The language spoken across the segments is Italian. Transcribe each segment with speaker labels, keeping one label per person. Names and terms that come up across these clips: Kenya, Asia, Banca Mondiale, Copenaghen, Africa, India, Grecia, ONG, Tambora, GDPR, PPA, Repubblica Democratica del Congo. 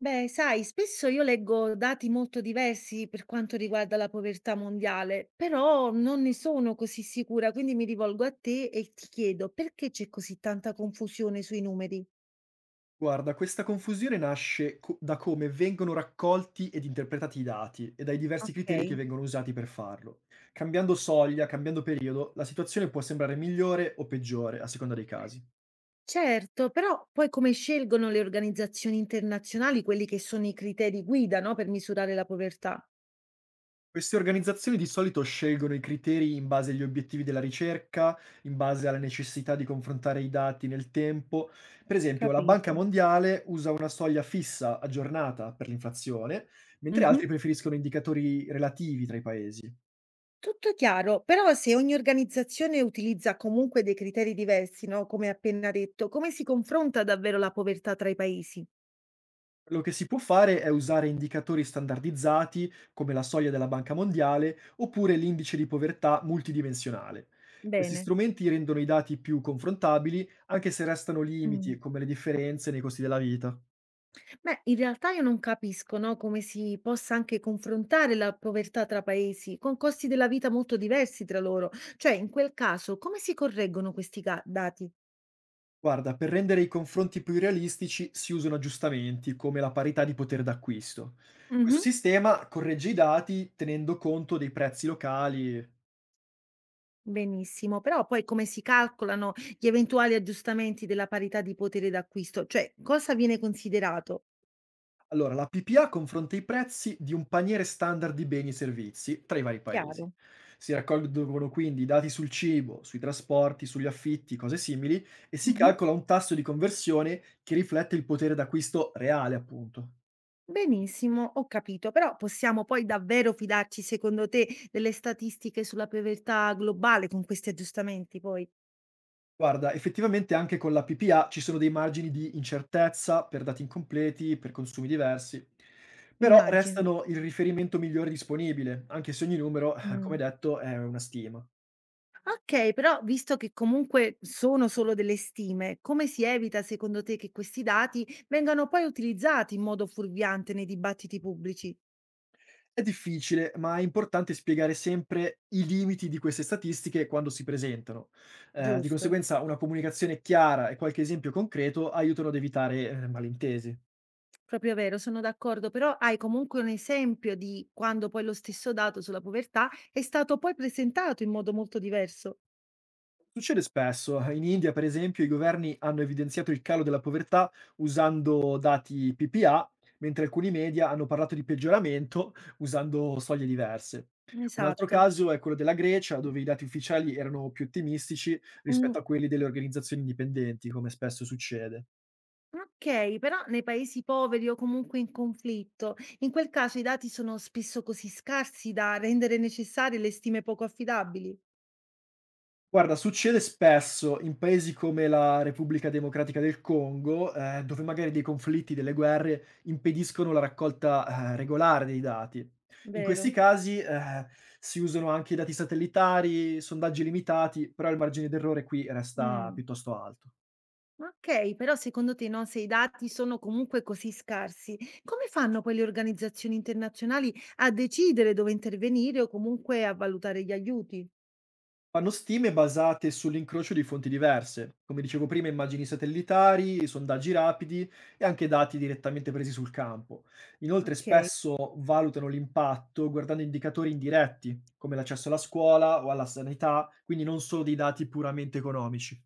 Speaker 1: Beh, sai, spesso io leggo dati molto diversi per quanto riguarda la povertà mondiale, però non ne sono così sicura, quindi mi rivolgo a te e ti chiedo perché c'è così tanta confusione sui numeri?
Speaker 2: Guarda, questa confusione nasce da come vengono raccolti ed interpretati i dati e dai diversi criteri che
Speaker 1: Ok.
Speaker 2: vengono usati per farlo. Cambiando soglia, cambiando periodo, la situazione può sembrare migliore o peggiore a seconda dei casi.
Speaker 1: Certo, però poi come scelgono le organizzazioni internazionali quelli che sono i criteri guida, no, per misurare la povertà?
Speaker 2: Queste organizzazioni di solito scelgono i criteri in base agli obiettivi della ricerca, in base alla necessità di confrontare i dati nel tempo. Per esempio, la Banca
Speaker 1: Capito.
Speaker 2: Mondiale usa una soglia fissa aggiornata per l'inflazione, mentre
Speaker 1: Mhm.
Speaker 2: altri preferiscono indicatori relativi tra i paesi.
Speaker 1: Tutto chiaro, però se ogni organizzazione utilizza comunque dei criteri diversi, no, come appena detto, come si confronta davvero la povertà tra i paesi?
Speaker 2: Quello che si può fare è usare indicatori standardizzati come la soglia della Banca Mondiale oppure l'indice di povertà multidimensionale. Questi
Speaker 1: Bene.
Speaker 2: strumenti rendono i dati più confrontabili anche se restano
Speaker 1: Mm.
Speaker 2: limiti come le differenze nei costi della vita.
Speaker 1: Beh, in realtà io non capisco, no, come si possa anche confrontare la povertà tra paesi con costi della vita molto diversi tra loro. Cioè, in quel caso, come si correggono dati?
Speaker 2: Guarda, per rendere i confronti più realistici si usano aggiustamenti come la parità di potere d'acquisto. Questo
Speaker 1: Mhm.
Speaker 2: sistema corregge i dati tenendo conto dei prezzi locali.
Speaker 1: Benissimo, però poi come si calcolano gli eventuali aggiustamenti della parità di potere d'acquisto? Cioè, cosa viene considerato?
Speaker 2: Allora, la PPA confronta i prezzi di un paniere standard di beni e servizi tra i vari paesi.
Speaker 1: Chiaro.
Speaker 2: Si raccolgono quindi dati sul cibo, sui trasporti, sugli affitti, cose simili, e si
Speaker 1: Mh-mh.
Speaker 2: calcola un tasso di conversione che riflette il potere d'acquisto reale, appunto.
Speaker 1: Benissimo, ho capito, però possiamo poi davvero fidarci secondo te delle statistiche sulla povertà globale con questi aggiustamenti poi?
Speaker 2: Guarda, effettivamente anche con la PPA ci sono dei margini di incertezza per dati incompleti, per consumi diversi, però
Speaker 1: Immagino.
Speaker 2: restano il riferimento migliore disponibile, anche se ogni numero, come
Speaker 1: Mh.
Speaker 2: detto, è una stima.
Speaker 1: Okay, però visto che comunque sono solo delle stime, come si evita secondo te che questi dati vengano poi utilizzati in modo fuorviante nei dibattiti pubblici?
Speaker 2: È difficile, ma è importante spiegare sempre i limiti di queste statistiche quando si presentano. Di
Speaker 1: Giusto,
Speaker 2: conseguenza, una comunicazione chiara e qualche esempio concreto aiutano ad evitare malintesi.
Speaker 1: proprio vero, sono d'accordo, però hai comunque un esempio di quando poi lo stesso dato sulla povertà è stato poi presentato in modo molto diverso.
Speaker 2: Succede spesso. In India, per esempio, i governi hanno evidenziato il calo della povertà usando dati PPA, mentre alcuni media hanno parlato di peggioramento usando soglie diverse. Un altro
Speaker 1: Esatto.
Speaker 2: caso è quello della Grecia, dove i dati ufficiali erano più ottimistici
Speaker 1: Mh,
Speaker 2: rispetto a quelli delle organizzazioni indipendenti, come spesso succede.
Speaker 1: okay, però nei paesi poveri o comunque in conflitto, in quel caso i dati sono spesso così scarsi da rendere necessarie le stime poco affidabili,
Speaker 2: Guarda, succede spesso in paesi come la Repubblica Democratica del Congo, dove magari dei conflitti, delle guerre impediscono la raccolta, regolare dei dati. In questi
Speaker 1: vero?
Speaker 2: casi, si usano anche i dati satellitari, sondaggi limitati, però il margine d'errore qui resta
Speaker 1: Mh,
Speaker 2: piuttosto alto.
Speaker 1: okay, però secondo te, no, se i dati sono comunque così scarsi, come fanno poi le organizzazioni internazionali a decidere dove intervenire o comunque a valutare gli aiuti?
Speaker 2: Fanno stime basate sull'incrocio di fonti diverse, come dicevo prima, immagini satellitari, sondaggi rapidi e anche dati direttamente presi sul campo. Inoltre
Speaker 1: Okay.
Speaker 2: spesso valutano l'impatto guardando indicatori indiretti, come l'accesso alla scuola o alla sanità, quindi non solo dei dati puramente economici.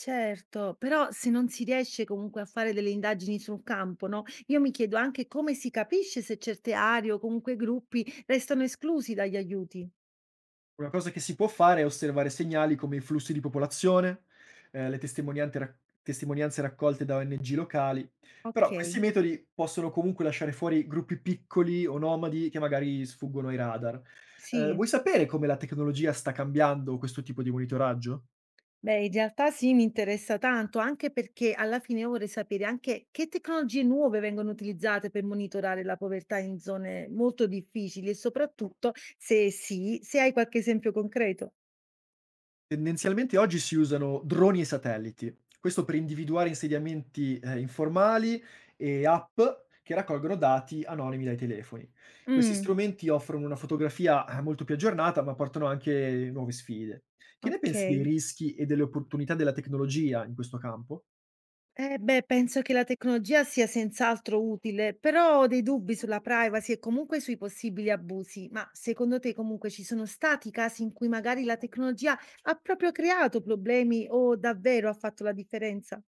Speaker 1: Certo, però se non si riesce comunque a fare delle indagini sul campo, no? Io mi chiedo anche come si capisce se certe aree o comunque gruppi restano esclusi dagli aiuti.
Speaker 2: Una cosa che si può fare è osservare segnali come i flussi di popolazione, le testimoniante rac testimonianze raccolte da ONG locali, però
Speaker 1: Ok,
Speaker 2: questi metodi possono comunque lasciare fuori gruppi piccoli o nomadi che magari sfuggono ai radar.
Speaker 1: sì.
Speaker 2: Vuoi sapere come la tecnologia sta cambiando questo tipo di monitoraggio?
Speaker 1: Beh, in realtà sì, mi interessa tanto, anche perché alla fine io vorrei sapere anche che tecnologie nuove vengono utilizzate per monitorare la povertà in zone molto difficili e soprattutto se sì, se hai qualche esempio concreto.
Speaker 2: Tendenzialmente oggi si usano droni e satelliti. Questo per individuare insediamenti, informali e app che raccolgono dati anonimi dai telefoni. Questi
Speaker 1: Mm,
Speaker 2: strumenti offrono una fotografia, molto più aggiornata, ma portano anche nuove sfide. Che ne pensi dei
Speaker 1: ok.
Speaker 2: rischi e delle opportunità della tecnologia in questo campo?
Speaker 1: Eh beh, penso che la tecnologia sia senz'altro utile, però ho dei dubbi sulla privacy e comunque sui possibili abusi. Ma secondo te comunque ci sono stati casi in cui magari la tecnologia ha proprio creato problemi o davvero ha fatto la differenza?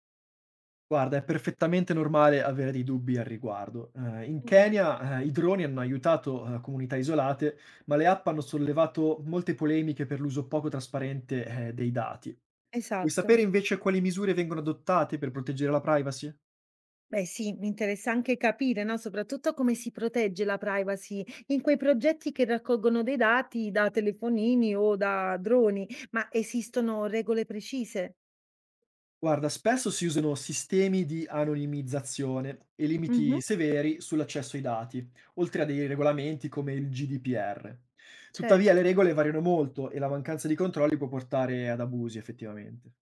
Speaker 2: Guarda, è perfettamente normale avere dei dubbi al riguardo. In
Speaker 1: Mm.
Speaker 2: Kenya, i droni hanno aiutato, comunità isolate, ma le app hanno sollevato molte polemiche per l'uso poco trasparente, dei dati. Vuoi
Speaker 1: Esatto.
Speaker 2: sapere invece quali misure vengono adottate per proteggere la privacy?
Speaker 1: Beh, sì, mi interessa anche capire, no? Soprattutto come si protegge la privacy in quei progetti che raccolgono dei dati da telefonini o da droni, ma esistono regole precise?
Speaker 2: Guarda, spesso si usano sistemi di anonimizzazione e
Speaker 1: Mhm,
Speaker 2: limiti severi sull'accesso ai dati, oltre a dei regolamenti come il GDPR. Tuttavia, le
Speaker 1: certo.
Speaker 2: regole variano molto e la mancanza di controlli può portare ad abusi, effettivamente.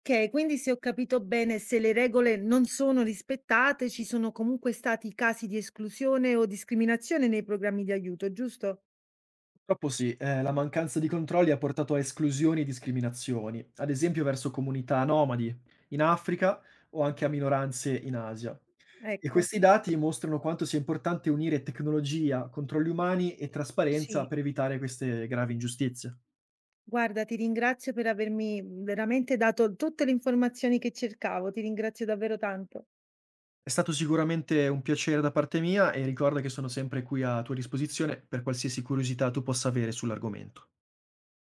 Speaker 1: Okay, quindi se ho capito bene, se le regole non sono rispettate, ci sono comunque stati casi di esclusione o discriminazione nei programmi di aiuto, giusto?
Speaker 2: Purtroppo sì, la mancanza di controlli ha portato a esclusioni e discriminazioni, ad esempio verso comunità nomadi in Africa o anche a minoranze in Asia. E
Speaker 1: Ecco.
Speaker 2: questi dati mostrano quanto sia importante unire tecnologia, controlli umani e trasparenza
Speaker 1: Sì.
Speaker 2: per evitare queste gravi ingiustizie.
Speaker 1: Guarda, ti ringrazio per avermi veramente dato tutte le informazioni che cercavo. Ti ringrazio davvero tanto.
Speaker 2: È stato sicuramente un piacere da parte mia e ricorda che sono sempre qui a tua disposizione per qualsiasi curiosità tu possa avere sull'argomento.